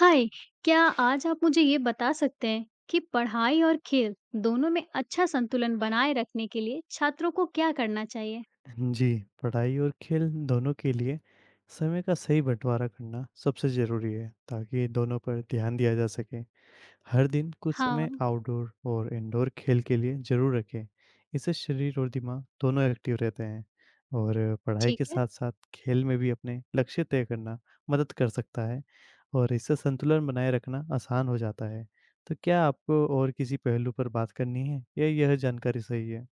हाय! क्या आज आप मुझे ये बता सकते हैं कि पढ़ाई और खेल दोनों में अच्छा संतुलन बनाए रखने के लिए छात्रों को क्या करना चाहिए? जी, पढ़ाई और खेल दोनों के लिए समय का सही बंटवारा करना सबसे ज़रूरी है, ताकि दोनों पर ध्यान दिया जा सके। हर दिन कुछ समय हाँ, आउटडोर और इंडोर खेल के लिए ज़रूर रखें। इससे शरीर और दिमाग दोनों एक्टिव रहते हैं और पढ़ाई ठीक के है। साथ-साथ खेल में भी अपने लक्ष्य तय करना मदद कर सकता है और इससे संतुलन बनाए रखना आसान हो जाता है। तो क्या आपको और किसी पहलू पर बात करनी है या यह जानकारी सही है?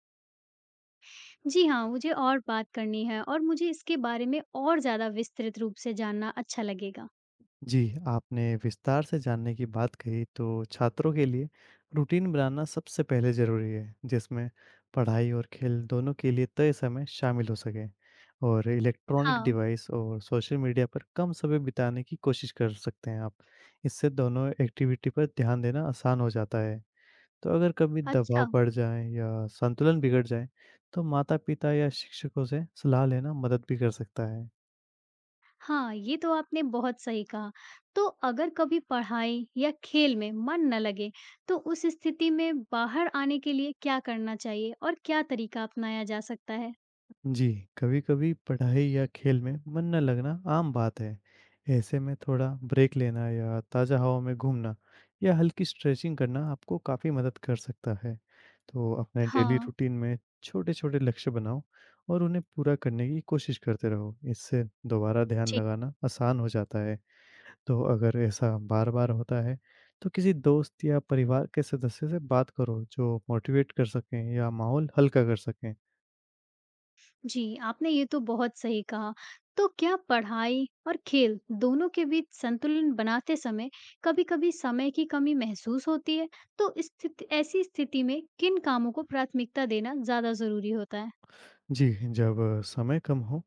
जी हाँ, मुझे और बात करनी है और मुझे इसके बारे में और ज़्यादा विस्तृत रूप से जानना अच्छा लगेगा। जी, आपने विस्तार से जानने की बात कही, तो छात्रों के लिए रूटीन बनाना सबसे पहले ज़रूरी है, जिसमें पढ़ाई और खेल दोनों के लिए तय समय शामिल हो सके और इलेक्ट्रॉनिक हाँ, डिवाइस और सोशल मीडिया पर कम समय बिताने की कोशिश कर सकते हैं आप। इससे दोनों एक्टिविटी पर ध्यान देना आसान हो जाता है। तो अगर कभी अच्छा। दबाव बढ़ जाए या संतुलन बिगड़ जाए, तो माता-पिता या शिक्षकों से सलाह लेना मदद भी कर सकता है। हाँ, ये तो आपने बहुत सही कहा। तो अगर कभी पढ़ाई या खेल में मन न लगे, तो उस स्थिति में बाहर आने के लिए क्या करना चाहिए और क्या तरीका अपनाया जा सकता है? जी, कभी-कभी पढ़ाई या खेल में मन न लगना आम बात है। ऐसे में थोड़ा ब्रेक लेना या ताज़ा हवा में घूमना या हल्की स्ट्रेचिंग करना आपको काफ़ी मदद कर सकता है। तो अपने डेली हाँ, रूटीन में छोटे-छोटे लक्ष्य बनाओ और उन्हें पूरा करने की कोशिश करते रहो। इससे दोबारा ध्यान ठीक। लगाना आसान हो जाता है। तो अगर ऐसा बार-बार होता है, तो किसी दोस्त या परिवार के सदस्य से बात करो जो मोटिवेट कर सकें या माहौल हल्का कर सकें। जी, आपने ये तो बहुत सही कहा। तो क्या पढ़ाई और खेल दोनों के बीच संतुलन बनाते समय कभी-कभी समय की कमी महसूस होती है? तो स्थिति ऐसी स्थिति में किन कामों को प्राथमिकता देना ज़्यादा ज़रूरी होता है? जी, जब समय कम हो,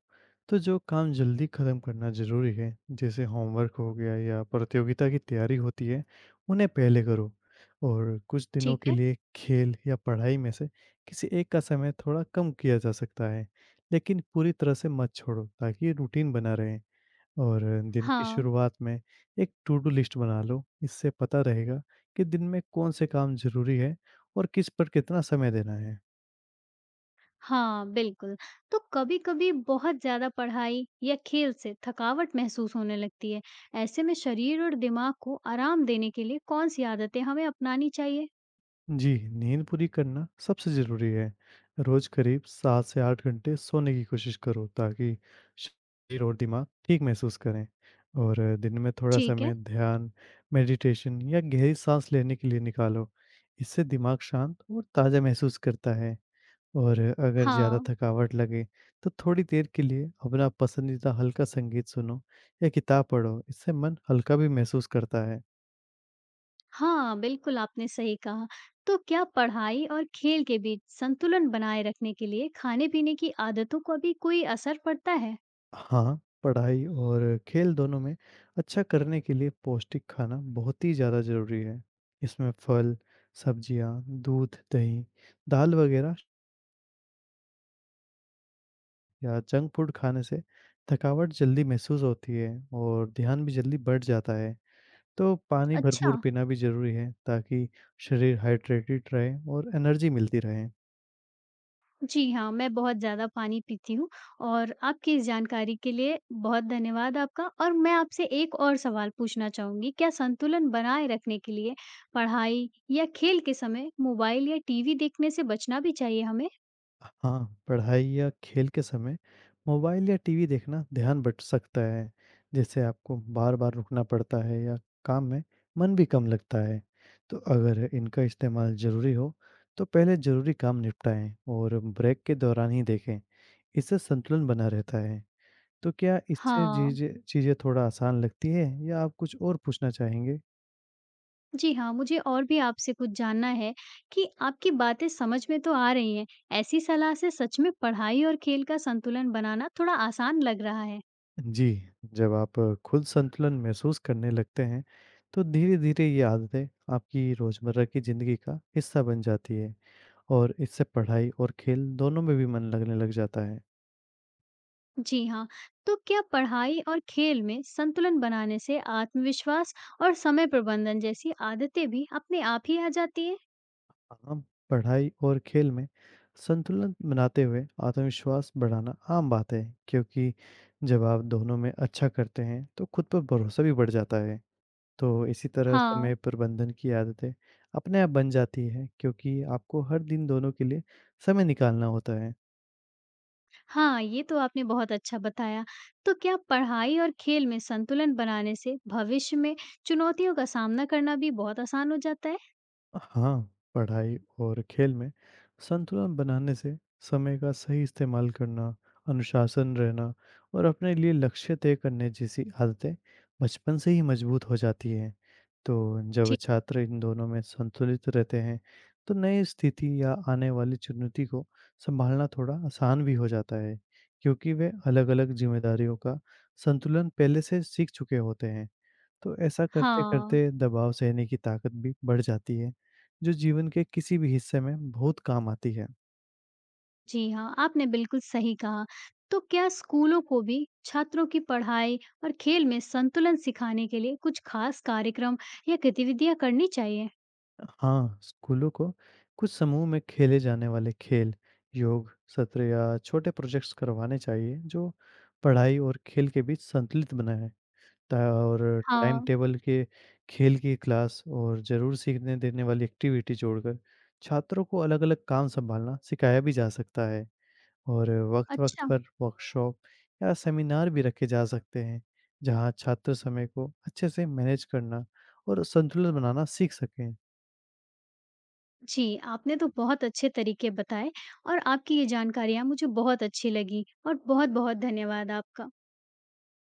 तो जो काम जल्दी ख़त्म करना ज़रूरी है, जैसे होमवर्क हो गया या प्रतियोगिता की तैयारी होती है, उन्हें पहले करो। और कुछ दिनों ठीक के है? लिए खेल या पढ़ाई में से किसी एक का समय थोड़ा कम किया जा सकता है, लेकिन पूरी तरह से मत छोड़ो, ताकि रूटीन बना रहे। और दिन की हाँ, शुरुआत में एक टू डू लिस्ट बना लो, इससे पता रहेगा कि दिन में कौन से काम ज़रूरी है और किस पर कितना समय देना है। हाँ, बिल्कुल। तो कभी-कभी बहुत ज़्यादा पढ़ाई या खेल से थकावट महसूस होने लगती है। ऐसे में शरीर और दिमाग को आराम देने के लिए कौन-सी आदतें हमें अपनानी चाहिए? जी, नींद पूरी करना सबसे ज़रूरी है। रोज़ करीब 7 से 8 घंटे सोने की कोशिश करो, ताकि शरीर और दिमाग ठीक महसूस करें। और दिन में थोड़ा ठीक है। समय ध्यान, मेडिटेशन या गहरी साँस लेने के लिए निकालो। इससे दिमाग शांत और ताज़ा महसूस करता है। और अगर ज़्यादा हाँ। थकावट लगे, तो थोड़ी देर के लिए अपना पसंदीदा हल्का संगीत सुनो या किताब पढ़ो। इससे मन हल्का भी महसूस करता है। हाँ, बिल्कुल आपने सही कहा। तो क्या पढ़ाई और खेल के बीच संतुलन बनाए रखने के लिए खाने-पीने की आदतों का भी कोई असर पड़ता है? हाँ, पढ़ाई और खेल दोनों में अच्छा करने के लिए पौष्टिक खाना बहुत ही ज़्यादा ज़रूरी है। इसमें फल, सब्जियाँ, दूध, दही, दाल वगैरह या जंक फूड खाने से थकावट जल्दी महसूस होती है और ध्यान भी जल्दी बढ़ जाता है। तो पानी भरपूर अच्छा। पीना भी ज़रूरी है, ताकि शरीर हाइड्रेटेड रहे और एनर्जी मिलती रहे। जी हाँ, मैं बहुत ज़्यादा पानी पीती हूँ और आपकी इस जानकारी के लिए बहुत धन्यवाद आपका और मैं आपसे एक और सवाल पूछना चाहूँगी। क्या संतुलन बनाए रखने के लिए पढ़ाई या खेल के समय मोबाइल या टीवी देखने से बचना भी चाहिए हमें? हाँ, पढ़ाई या खेल के समय मोबाइल या टीवी देखना ध्यान भट सकता है, जिससे आपको बार-बार रुकना पड़ता है या काम में मन भी कम लगता है। तो अगर इनका इस्तेमाल ज़रूरी हो, तो पहले ज़रूरी काम निपटाएँ और ब्रेक के दौरान ही देखें। इससे संतुलन बना रहता है। तो क्या इससे हाँ। चीज़ें चीज़ें थोड़ा आसान लगती है या आप कुछ और पूछना चाहेंगे? जी हाँ, मुझे और भी आपसे कुछ जानना है कि आपकी बातें समझ में तो आ रही हैं। ऐसी सलाह से सच में पढ़ाई और खेल का संतुलन बनाना थोड़ा आसान लग रहा है। जी, जब आप खुद संतुलन महसूस करने लगते हैं, तो धीरे-धीरे ये आदतें आपकी रोज़मर्रा की ज़िंदगी का हिस्सा बन जाती है और इससे पढ़ाई और खेल दोनों में भी मन लगने लग जाता है। जी हाँ, तो क्या पढ़ाई और खेल में संतुलन बनाने से आत्मविश्वास और समय प्रबंधन जैसी आदतें भी अपने आप ही आ जाती हैं? हम पढ़ाई और खेल में संतुलन बनाते हुए आत्मविश्वास बढ़ाना आम बात है, क्योंकि जब आप दोनों में अच्छा करते हैं, तो खुद पर भरोसा भी बढ़ जाता है। तो इसी तरह हाँ, समय प्रबंधन की आदतें अपने आप बन जाती है, क्योंकि आपको हर दिन दोनों के लिए समय निकालना होता है। हाँ, ये तो आपने बहुत अच्छा बताया। तो क्या पढ़ाई और खेल में संतुलन बनाने से भविष्य में चुनौतियों का सामना करना भी बहुत आसान हो जाता है? हाँ, पढ़ाई और खेल में संतुलन बनाने से समय का सही इस्तेमाल करना, अनुशासन रहना और अपने लिए लक्ष्य तय करने जैसी आदतें बचपन से ही मजबूत हो जाती हैं। तो जब ठीक छात्र इन दोनों में संतुलित रहते हैं, तो नई स्थिति या आने वाली चुनौती को संभालना थोड़ा आसान भी हो जाता है, क्योंकि वे अलग-अलग जिम्मेदारियों का संतुलन पहले से सीख चुके होते हैं। तो ऐसा हाँ। करते-करते दबाव सहने की ताकत भी बढ़ जाती है, जो जीवन के किसी भी हिस्से में बहुत काम आती है। जी हाँ, आपने बिल्कुल सही कहा। तो क्या स्कूलों को भी छात्रों की पढ़ाई और खेल में संतुलन सिखाने के लिए कुछ खास कार्यक्रम या गतिविधियाँ करनी चाहिए? हाँ, स्कूलों को कुछ समूह में खेले जाने वाले खेल, योग सत्र या छोटे प्रोजेक्ट्स करवाने चाहिए, जो पढ़ाई और खेल के बीच संतुलित बनाएँ। ता और टाइम हाँ, टेबल के खेल की क्लास और ज़रूर सीखने देने वाली एक्टिविटी जोड़कर छात्रों को अलग-अलग काम सँभालना सिखाया भी जा सकता है। और वक्त-वक्त अच्छा। पर वर्कशॉप या सेमिनार भी रखे जा सकते हैं, जहाँ छात्र समय को अच्छे से मैनेज करना और संतुलन बनाना सीख सकें। जी, आपने तो बहुत अच्छे तरीके बताए और आपकी ये जानकारियाँ मुझे बहुत अच्छी लगी और बहुत-बहुत धन्यवाद आपका।